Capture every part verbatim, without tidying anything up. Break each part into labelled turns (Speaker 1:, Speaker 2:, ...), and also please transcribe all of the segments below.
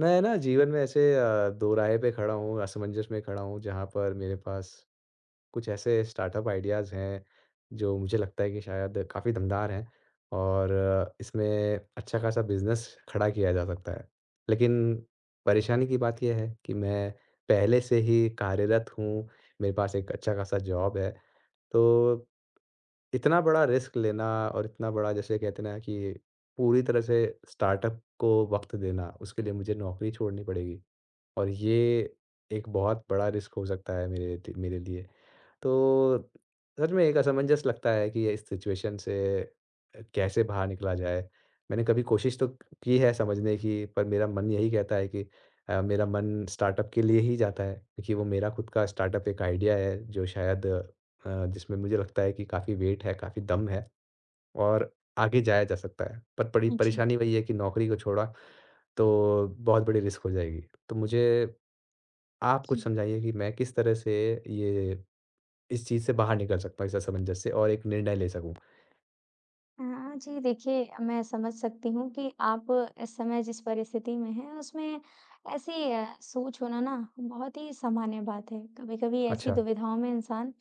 Speaker 1: मैं ना जीवन में ऐसे अ, दो राय पे खड़ा हूँ, असमंजस में खड़ा हूँ, जहाँ पर मेरे पास कुछ ऐसे स्टार्टअप आइडियाज़ हैं, जो मुझे लगता है कि शायद काफ़ी दमदार हैं और अ, इसमें अच्छा खासा बिज़नेस खड़ा किया जा सकता है। लेकिन परेशानी की बात यह है कि मैं पहले से ही कार्यरत हूँ, मेरे पास एक अच्छा खासा जॉब है, तो इतना बड़ा रिस्क लेना और इतना बड़ा जैसे कहते हैं ना कि पूरी तरह से स्टार्टअप को वक़्त देना, उसके लिए मुझे नौकरी छोड़नी पड़ेगी और ये एक बहुत बड़ा रिस्क हो सकता है मेरे ति मेरे लिए। तो सच में एक असमंजस लगता है कि इस सिचुएशन से अ, कैसे बाहर निकला जाए? मैंने कभी कोशिश तो की है समझने की, पर मेरा मन यही कहता है कि अ, मेरा मन स्टार्टअप के लिए ही जाता है, क्योंकि वो मेरा खुद का स्टार्टअप एक आइडिया है जो शायद अ, जिसमें मुझे लगता है कि काफ़ी वेट है, काफ़ी दम है और आगे जाया जा सकता है। पर बड़ी
Speaker 2: अच्छा।
Speaker 1: परेशानी वही है कि नौकरी को छोड़ा तो बहुत बड़ी रिस्क हो जाएगी। तो मुझे आप कुछ
Speaker 2: जी।
Speaker 1: समझाइए कि मैं किस तरह से ये इस चीज़ से बाहर निकल सकता हूँ, इस असमंजस से और एक निर्णय ले सकूँ।
Speaker 2: हाँ जी, देखिए मैं समझ सकती हूँ कि आप इस समय जिस परिस्थिति में हैं उसमें ऐसी अ, सोच होना ना बहुत ही सामान्य बात है। कभी-कभी ऐसी
Speaker 1: अच्छा,
Speaker 2: दुविधाओं में इंसान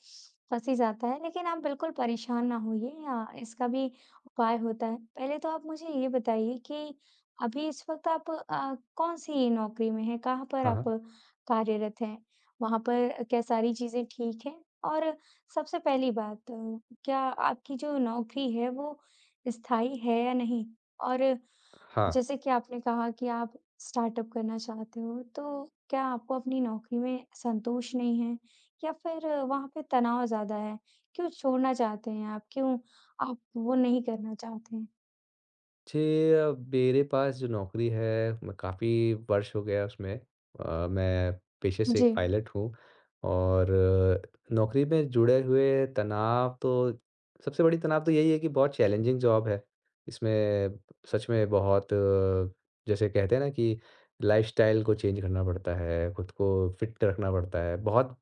Speaker 2: फँस ही जाता है लेकिन आप बिल्कुल परेशान ना होइए, अ, इसका भी उपाय होता है। पहले तो आप मुझे ये बताइए कि अभी इस वक़्त आप अ, कौन-सी नौकरी में हैं? कहाँ पर
Speaker 1: हाँ,
Speaker 2: आप
Speaker 1: हाँ।
Speaker 2: कार्यरत हैं? वहाँ पर क्या सारी चीज़ें ठीक हैं? और सबसे पहली बात, अ, क्या आपकी जो नौकरी है वो स्थायी है या नहीं? और
Speaker 1: हाँ,
Speaker 2: जैसे कि आपने कहा कि आप स्टार्टअप करना चाहते हो, तो क्या आपको अपनी नौकरी में संतोष नहीं है या फिर वहाँ पे तनाव ज़्यादा है? क्यों छोड़ना चाहते हैं आप? क्यों आप वो नहीं करना चाहते हैं?
Speaker 1: जी अ, मेरे पास जो नौकरी है, मैं काफ़ी वर्ष हो गया उसमें। अ, मैं पेशे से एक
Speaker 2: जी।
Speaker 1: पायलट हूँ और अ, नौकरी में जुड़े हुए तनाव तो सबसे बड़ी तनाव तो यही है कि बहुत चैलेंजिंग जॉब है। इसमें सच में बहुत अ, जैसे कहते हैं ना कि लाइफ़स्टाइल को चेंज करना पड़ता है, खुद को फिट रखना पड़ता है। बहुत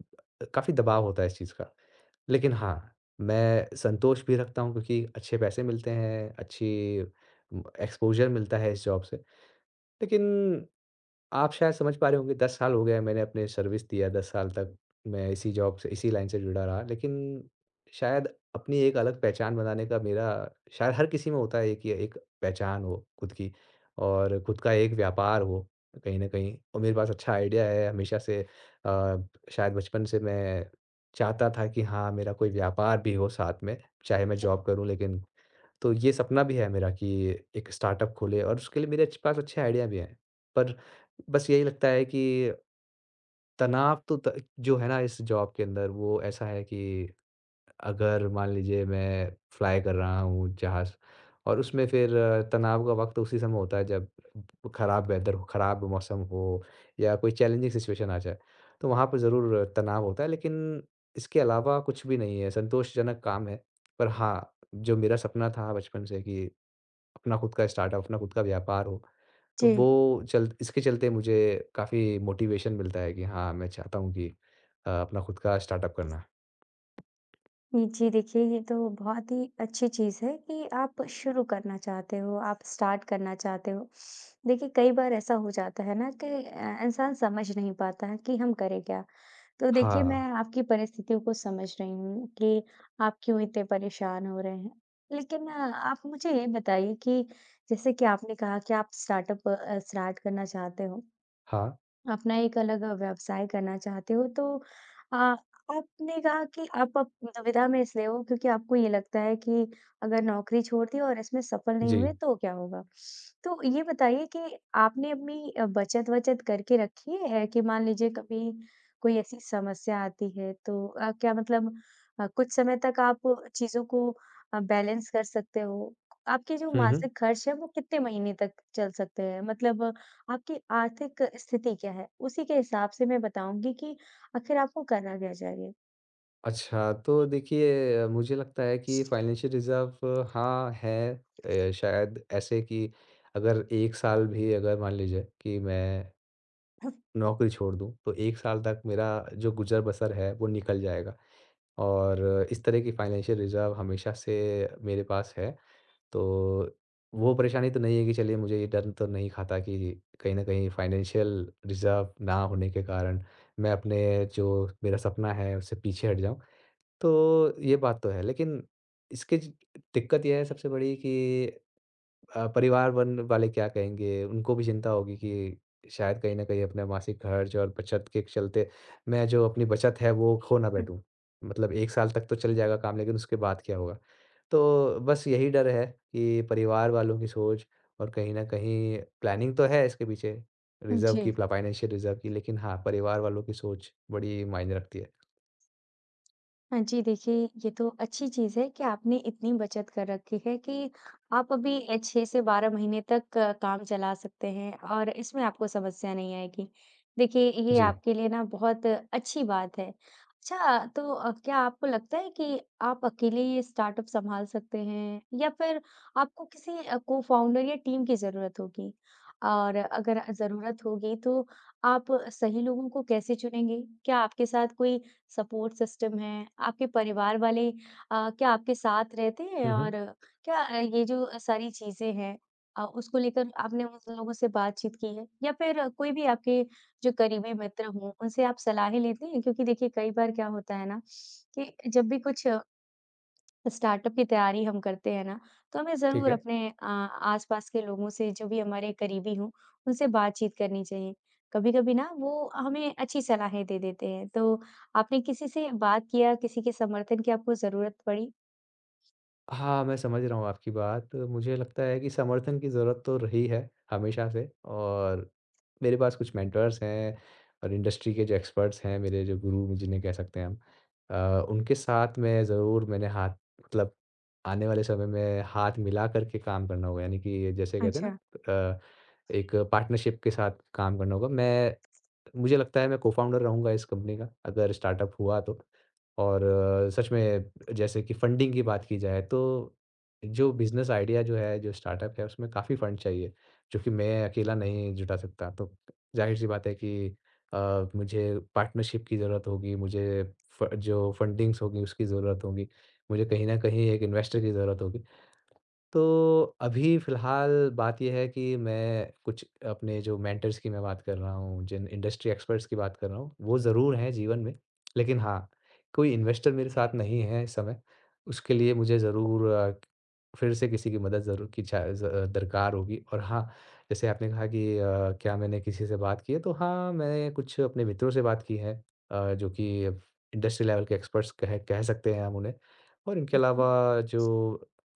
Speaker 1: काफ़ी दबाव होता है इस चीज़ का। लेकिन हाँ, मैं संतोष भी रखता हूँ क्योंकि अच्छे पैसे मिलते हैं, अच्छी उम, एक्सपोज़र मिलता है इस जॉब से। लेकिन आप शायद समझ पा रहे होंगे दस साल हो गया है मैंने अपने सर्विस दिया दस साल तक मैं इसी जॉब से इसी लाइन से जुड़ा रहा। लेकिन शायद अपनी एक अलग पहचान बनाने का मेरा शायद हर किसी में होता है कि एक पहचान हो खुद की और खुद का एक व्यापार हो कहीं न कहीं और मेरे पास अच्छा आइडिया है हमेशा से अ, शायद बचपन से मैं चाहता था कि हाँ, मेरा कोई व्यापार भी हो साथ में, चाहे मैं
Speaker 2: जी।
Speaker 1: जॉब करूँ लेकिन तो ये सपना भी है मेरा कि एक स्टार्टअप खोले और उसके लिए मेरे अच्छे पास अच्छे आइडिया भी हैं। पर बस यही लगता है कि तनाव तो त जो है ना इस जॉब के अंदर वो ऐसा है कि अगर मान लीजिए मैं फ्लाई कर रहा हूँ जहाज़ और उसमें फिर अ, तनाव का वक़्त उसी समय होता है जब खराब वेदर हो, खराब मौसम हो या कोई चैलेंजिंग सिचुएशन आ जाए। तो वहाँ पे ज़रूर तनाव होता है लेकिन इसके अलावा कुछ भी नहीं है, संतोषजनक काम है। पर हाँ, जो मेरा सपना था बचपन से कि अपना खुद का स्टार्टअप, अपना खुद का व्यापार हो। तो
Speaker 2: जी।
Speaker 1: वो चल इसके चलते मुझे काफ़ी मोटिवेशन मिलता है कि हाँ, मैं चाहता हूँ कि अ, अपना खुद का स्टार्टअप करना।
Speaker 2: जी, देखिए ये तो बहुत ही अच्छी चीज़ है कि आप शुरू करना चाहते हो, आप स्टार्ट करना चाहते हो। देखिए कई बार ऐसा हो जाता है ना कि अ, इंसान समझ नहीं पाता है कि हम करें क्या? तो देखिए मैं
Speaker 1: हाँ,
Speaker 2: आपकी परिस्थितियों को समझ रही हूँ कि आप क्यों इतने परेशान हो रहे हैं। लेकिन अ, आप मुझे ये बताइए कि जैसे कि आपने कहा कि आप स्टार्टअप अ, स्टार्ट करना चाहते हो,
Speaker 1: हाँ,
Speaker 2: अपना एक अलग व्यवसाय करना चाहते हो, तो अ, आपने कहा कि आप अब दुविधा में इसलिए हो क्योंकि आपको ये लगता है कि अगर नौकरी छोड़ दी और इसमें सफल नहीं
Speaker 1: जी।
Speaker 2: हुए तो क्या होगा? तो ये बताइए कि आपने अपनी अ, बचत-वचत करके रखी है कि मान लीजिए कभी कोई ऐसी समस्या आती है तो, अ, क्या मतलब, अ, कुछ समय तक आप चीज़ों को अ, बैलेंस कर सकते हो? आपके जो
Speaker 1: हुँ, हुँ।
Speaker 2: मासिक खर्च है वो कितने महीने तक चल सकते हैं? मतलब आपकी आर्थिक स्थिति क्या है? उसी के हिसाब से मैं बताऊँगी कि आखिर आपको करना क्या चाहिए।
Speaker 1: अच्छा, तो देखिए अ, मुझे लगता है कि फाइनेंशियल रिज़र्व हाँ, है अ, शायद ऐसे कि अगर एक साल भी अगर मान लीजिए कि मैं नौकरी छोड़ दूँ, तो एक साल तक मेरा जो गुज़र-बसर है, वो निकल जाएगा और इस तरह की फाइनेंशियल रिज़र्व हमेशा से मेरे पास है। तो वो परेशानी तो नहीं है कि चलिए मुझे ये डर तो नहीं खाता कि कहीं न कहीं फाइनेंशियल रिज़र्व ना होने के कारण मैं अपने जो मेरा सपना है उससे पीछे हट जाऊँ। तो ये बात तो है लेकिन इसके ज दिक्कत ये है सबसे बड़ी कि अ, परिवार वन वाले क्या कहेंगे? उनको भी चिंता होगी कि शायद कहीं न कहीं अपना मासिक खर्च और बचत के चलते मैं जो अपनी बचत है वो खो ना बैठूँ। मतलब एक साल तक तो चल जाएगा काम लेकिन उसके बाद क्या होगा? तो बस यही डर है कि परिवार वालों की सोच और कहीं न कहीं प्लानिंग तो है इसके पीछे
Speaker 2: हुँ,
Speaker 1: रिज़र्व की
Speaker 2: जी।
Speaker 1: प्ला फ़ाइनेंशियल रिज़र्व की लेकिन हाँ, परिवार वालों की सोच बड़ी मायने रखती है।
Speaker 2: हाँ जी, देखिए ये तो अच्छी चीज़ है कि आपने इतनी बचत कर रखी है कि आप अभी, अ, छह से बारह महीने तक अ, काम चला सकते हैं और इसमें आपको समस्या नहीं आएगी। देखिए ये
Speaker 1: जी।
Speaker 2: आपके लिए ना बहुत अच्छी बात है। अच्छा तो, अ, क्या आपको लगता है कि आप अकेले ये स्टार्टअप सँभाल सकते हैं या फिर आपको किसी अ, को-फाउंडर या टीम की ज़रूरत होगी? और अगर ज़रूरत होगी तो आप सही लोगों को कैसे चुनेंगे? क्या आपके साथ कोई सपोर्ट सिस्टम है? आपके परिवार वाले, अ, क्या आपके साथ रहते हैं?
Speaker 1: हुँ,
Speaker 2: और
Speaker 1: हुँ।
Speaker 2: क्या अ, ये जो सारी चीज़ें हैं, अ, उसको लेकर आपने उन लोगों से बातचीत की है? या फिर अ, कोई भी आपके जो करीबी मित्र हों, उनसे आप सलाहें लेते हैं? क्योंकि देखिए कई बार क्या होता है ना कि जब भी कुछ स्टार्टअप की तैयारी हम करते हैं ना, तो हमें
Speaker 1: ठीक
Speaker 2: ज़रूर
Speaker 1: है।
Speaker 2: अपने अ, आस-पास के लोगों से जो भी हमारे करीबी हों, उनसे बातचीत करनी चाहिए। कभी-कभी ना वो हमें अच्छी सलाहें दे देते हैं। तो आपने किसी से बात किया, किसी के समर्थन की आपको ज़रूरत पड़ी?
Speaker 1: हाँ, मैं समझ रहा हूँ आपकी बात। मुझे लगता है कि समर्थन की ज़रूरत तो रही है, हमेशा से और मेरे पास कुछ मेंटर्स हैं और इंडस्ट्री के जो एक्सपर्ट्स हैं, मेरे जो गुरु जिन्हें कह सकते हैं हम। अ, उनके साथ मैं ज़रूर मैंने हाथ मतलब आने वाले समय में हाथ मिला कर के काम करना होगा, यानी कि जैसे कहते हैं
Speaker 2: अच्छा,
Speaker 1: ना अ, एक पार्टनरशिप के साथ काम करना होगा। मैं मुझे लगता है मैं को-फाउंडर रहूँगा इस कंपनी का, अगर स्टार्टअप हुआ तो। और अ, सच में जैसे कि फंडिंग की बात की जाए तो जो बिज़नेस आइडिया जो है, जो स्टार्टअप है उसमें काफ़ी फंड चाहिए, जो कि मैं अकेला नहीं जुटा सकता। तो ज़ाहिर-सी बात है कि अ, मुझे पार्टनरशिप की ज़रूरत होगी, मुझे फ जो फंडिंग्स होगी उसकी ज़रूरत होगी, मुझे कहीं न कहीं एक इन्वेस्टर की ज़रूरत होगी। तो अभी फ़िलहाल बात ये है कि मैं कुछ अपने जो मेंटर्स की मैं बात कर रहा हूँ, जिन इंडस्ट्री एक्सपर्ट्स की बात कर रहा हूँ, वो ज़रूर हैं जीवन में। लेकिन हाँ, कोई इन्वेस्टर मेरे साथ नहीं है इस समय। उसके लिए मुझे ज़रूर अ, फिर से किसी की मदद ज़रूर की चा ज़ दरकार होगी और हाँ, जैसे आपने कहा कि अ, क्या मैंने किसी से बात की है? तो हाँ, मैंने कुछ अपने मित्रों से बात की है अ, जो कि इंडस्ट्री लेवल के एक्सपर्ट्स कह कह सकते हैं हम उन्हें और इनके
Speaker 2: ठीक है।
Speaker 1: अलावा जो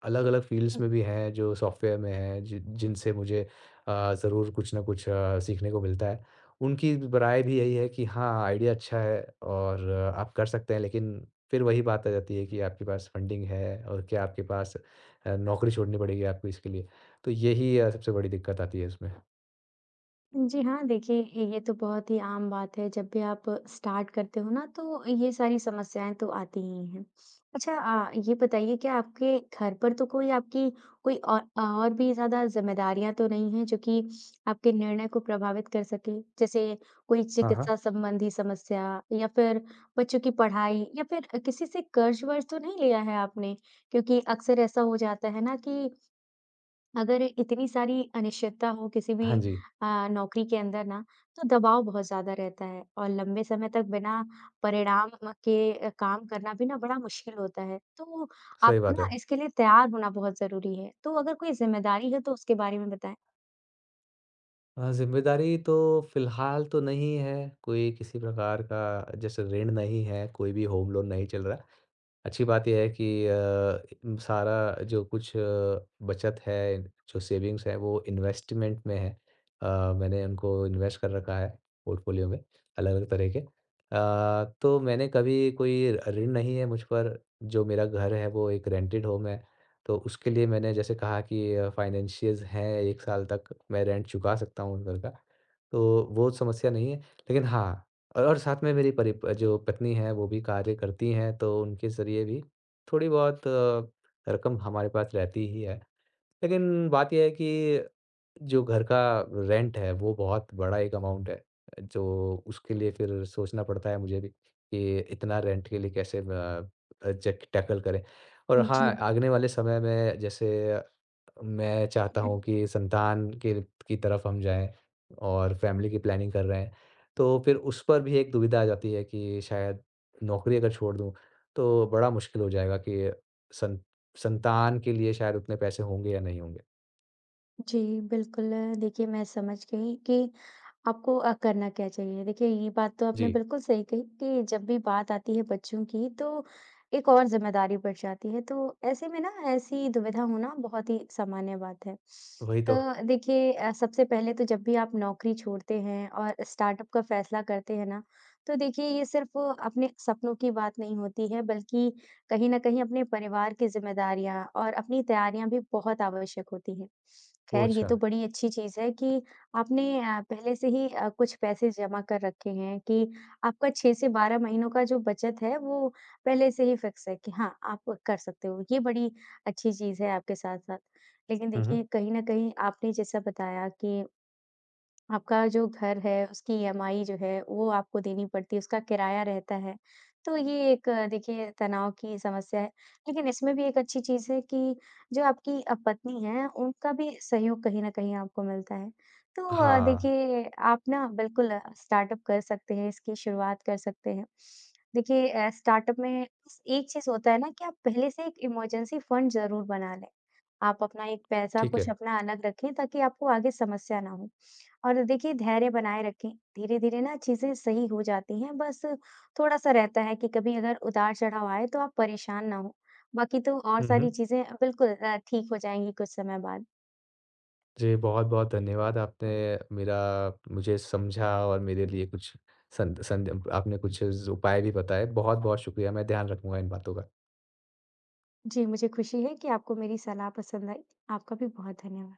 Speaker 1: अलग-अलग फ़ील्ड्स में भी हैं जो सॉफ्टवेयर में हैं जि जिनसे मुझे अ, ज़रूर कुछ ना कुछ अ, सीखने को मिलता है। उनकी ब राय भी यही है कि हाँ, आइडिया अच्छा है और अ, आप कर सकते हैं लेकिन फिर वही बात आ जाती है कि आपके पास फंडिंग है और क्या आपके पास अ, नौकरी छोड़नी पड़ेगी आपको इसके लिए। तो यही अ, सबसे बड़ी दिक्कत आती है इसमें।
Speaker 2: जी हाँ, देखिए ये तो बहुत ही आम बात है, जब भी आप स्टार्ट करते हो ना तो ये सारी समस्याएँ तो आती ही हैं। अच्छा, अ, ये बताइए क्या आपके घर पर तो कोई आपकी कोई और और भी ज़्यादा ज़िम्मेदारियाँ तो नहीं हैं जो कि आपके निर्णय को प्रभावित कर सके? जैसे कोई
Speaker 1: हाँ,
Speaker 2: चिकित्सा
Speaker 1: हाँ।
Speaker 2: संबंधी समस्या या फिर बच्चों की पढ़ाई या फिर किसी से कर्ज-वर्ज तो नहीं लिया है आपने? क्योंकि अक्सर ऐसा हो जाता है ना कि अगर इतनी सारी अनिश्चितता हो किसी भी
Speaker 1: हाँ जी,
Speaker 2: अ, नौकरी के अंदर ना, तो दबाव बहुत ज़्यादा रहता है और लंबे समय तक बिना परिणाम के, अ, काम करना भी ना बड़ा मुश्किल होता है। तो
Speaker 1: सही
Speaker 2: आपको
Speaker 1: बात
Speaker 2: ना
Speaker 1: है।
Speaker 2: इसके लिए तैयार होना बहुत ज़रूरी है। तो अगर कोई ज़िम्मेदारी है तो उसके बारे में बताएँ?
Speaker 1: अ, ज़िम्मेदारी तो फ़िलहाल तो नहीं है, कोई किसी प्रकार का जैसे ऋण नहीं है, कोई भी होम लोन नहीं चल रहा। अच्छी बात ये है कि अ, सारा जो कुछ अ, बचत है, जो सेविंग्स है वो इन्वेस्टमेंट में है। अ, मैंने उनको इन्वेस्ट कर रखा है पोर्टफोलियो में, अलग-अलग तरह के। अ, तो मैंने कभी कोई ऋण नहीं है मुझ पर, जो मेरा घर है वो एक रेंटेड होम है। तो उसके लिए मैंने जैसे कहा कि अ, फाइनेंशियल्स हैं एक साल तक मैं रेंट चुका सकता हूँ उन घर का। तो वो समस्या नहीं है। लेकिन हाँ, और और साथ में मेरी परि प जो पत्नी है वो भी कार्य करती हैं, तो उनके ज़रिए भी थोड़ी-बहुत रकम हमारे पास रहती ही है। लेकिन बात ये है कि जो घर का रेंट है वो बहुत बड़ा एक अमाउंट है, जो उसके लिए फिर सोचना पड़ता है मुझे भी कि इतना रेंट के लिए कैसे अ, ज टैकल करें। और
Speaker 2: जी।
Speaker 1: हाँ, आगने वाले समय में जैसे मैं चाहता हूँ कि संतान के की तरफ हम जाएँ और फैमिली की प्लानिंग कर रहे हैं, तो फिर उस पर भी एक दुविधा आ जाती है कि शायद नौकरी अगर छोड़ दूँ, तो बड़ा मुश्किल हो जाएगा कि सं संतान के लिए शायद उतने पैसे होंगे या नहीं होंगे।
Speaker 2: जी, बिल्कुल। देखिए मैं समझ गई कि आपको अ, करना क्या चाहिए? देखिए, ये बात तो आपने
Speaker 1: जी,
Speaker 2: बिल्कुल सही कही कि जब भी बात आती है बच्चों की, तो एक और ज़िम्मेदारी बढ़ जाती है, तो ऐसे में ना ऐसी दुविधा होना बहुत ही सामान्य बात है।
Speaker 1: वही तो।
Speaker 2: तो देखिए, अ, सबसे पहले तो जब भी आप नौकरी छोड़ते हैं और स्टार्टअप का फ़ैसला करते हैं ना, तो देखिए ये सिर्फ़ अपने सपनों की बात नहीं होती है, बल्कि कहीं न कहीं अपने परिवार की ज़िम्मेदारियाँ और अपनी तैयारियाँ भी बहुत आवश्यक होती हैं।
Speaker 1: ओह
Speaker 2: ख़ैर ये
Speaker 1: अच्छा!
Speaker 2: तो बड़ी अच्छी चीज़ है कि आपने अ, पहले से ही अ, कुछ पैसे जमा कर रखे हैं कि आपका छह से बारह महीनों का जो बचत है वो पहले से ही फिक्स है कि हाँ, आप कर सकते हो। ये बड़ी अच्छी चीज़ है आपके साथ-साथ। लेकिन
Speaker 1: हुँ,
Speaker 2: देखिए
Speaker 1: हुँ।
Speaker 2: कहीं न कहीं आपने जैसा बताया कि आपका जो घर है, उसकी ई एम आई जो है, वो आपको देनी पड़ती है, उसका किराया रहता है। तो ये एक, अ, देखिए तनाव की समस्या है। लेकिन इसमें भी एक अच्छी चीज़ है कि जो आपकी अ, पत्नी हैं, उनका भी सहयोग कहीं न कहीं आपको मिलता है। तो अ,
Speaker 1: हाँ,
Speaker 2: देखिए आप ना बिल्कुल अ, स्टार्टअप कर सकते हैं, इसकी शुरुआत कर सकते हैं। देखिए, अ, स्टार्टअप में बस एक चीज़ होता है ना कि आप पहले से एक इमरजेंसी फंड ज़रूर बना लें। आप अपना एक पैसा
Speaker 1: ठीक
Speaker 2: कुछ
Speaker 1: है।
Speaker 2: अपना अलग रखें ताकि आपको आगे समस्या ना हो। और देखिए धैर्य बनाए रखें। धीरे धीरे ना चीजें सही हो जाती हैं, बस थोड़ा सा रहता है कि कभी अगर उतार चढ़ाव आए तो आप परेशान ना हो। बाकी तो और
Speaker 1: हुँ,
Speaker 2: सारी
Speaker 1: हुँ।
Speaker 2: चीजें बिल्कुल अ, ठीक हो जाएंगी कुछ समय बाद।
Speaker 1: जी, बहुत-बहुत धन्यवाद आपने मेरा मुझे समझा और मेरे लिए कुछ संद संद आपने कुछ ज़ उपाय भी बताए। बहुत-बहुत शुक्रिया, मैं ध्यान रखूँगा इन बातों का।
Speaker 2: जी मुझे खुशी है कि आपको मेरी सलाह पसंद आई। आपका भी बहुत धन्यवाद।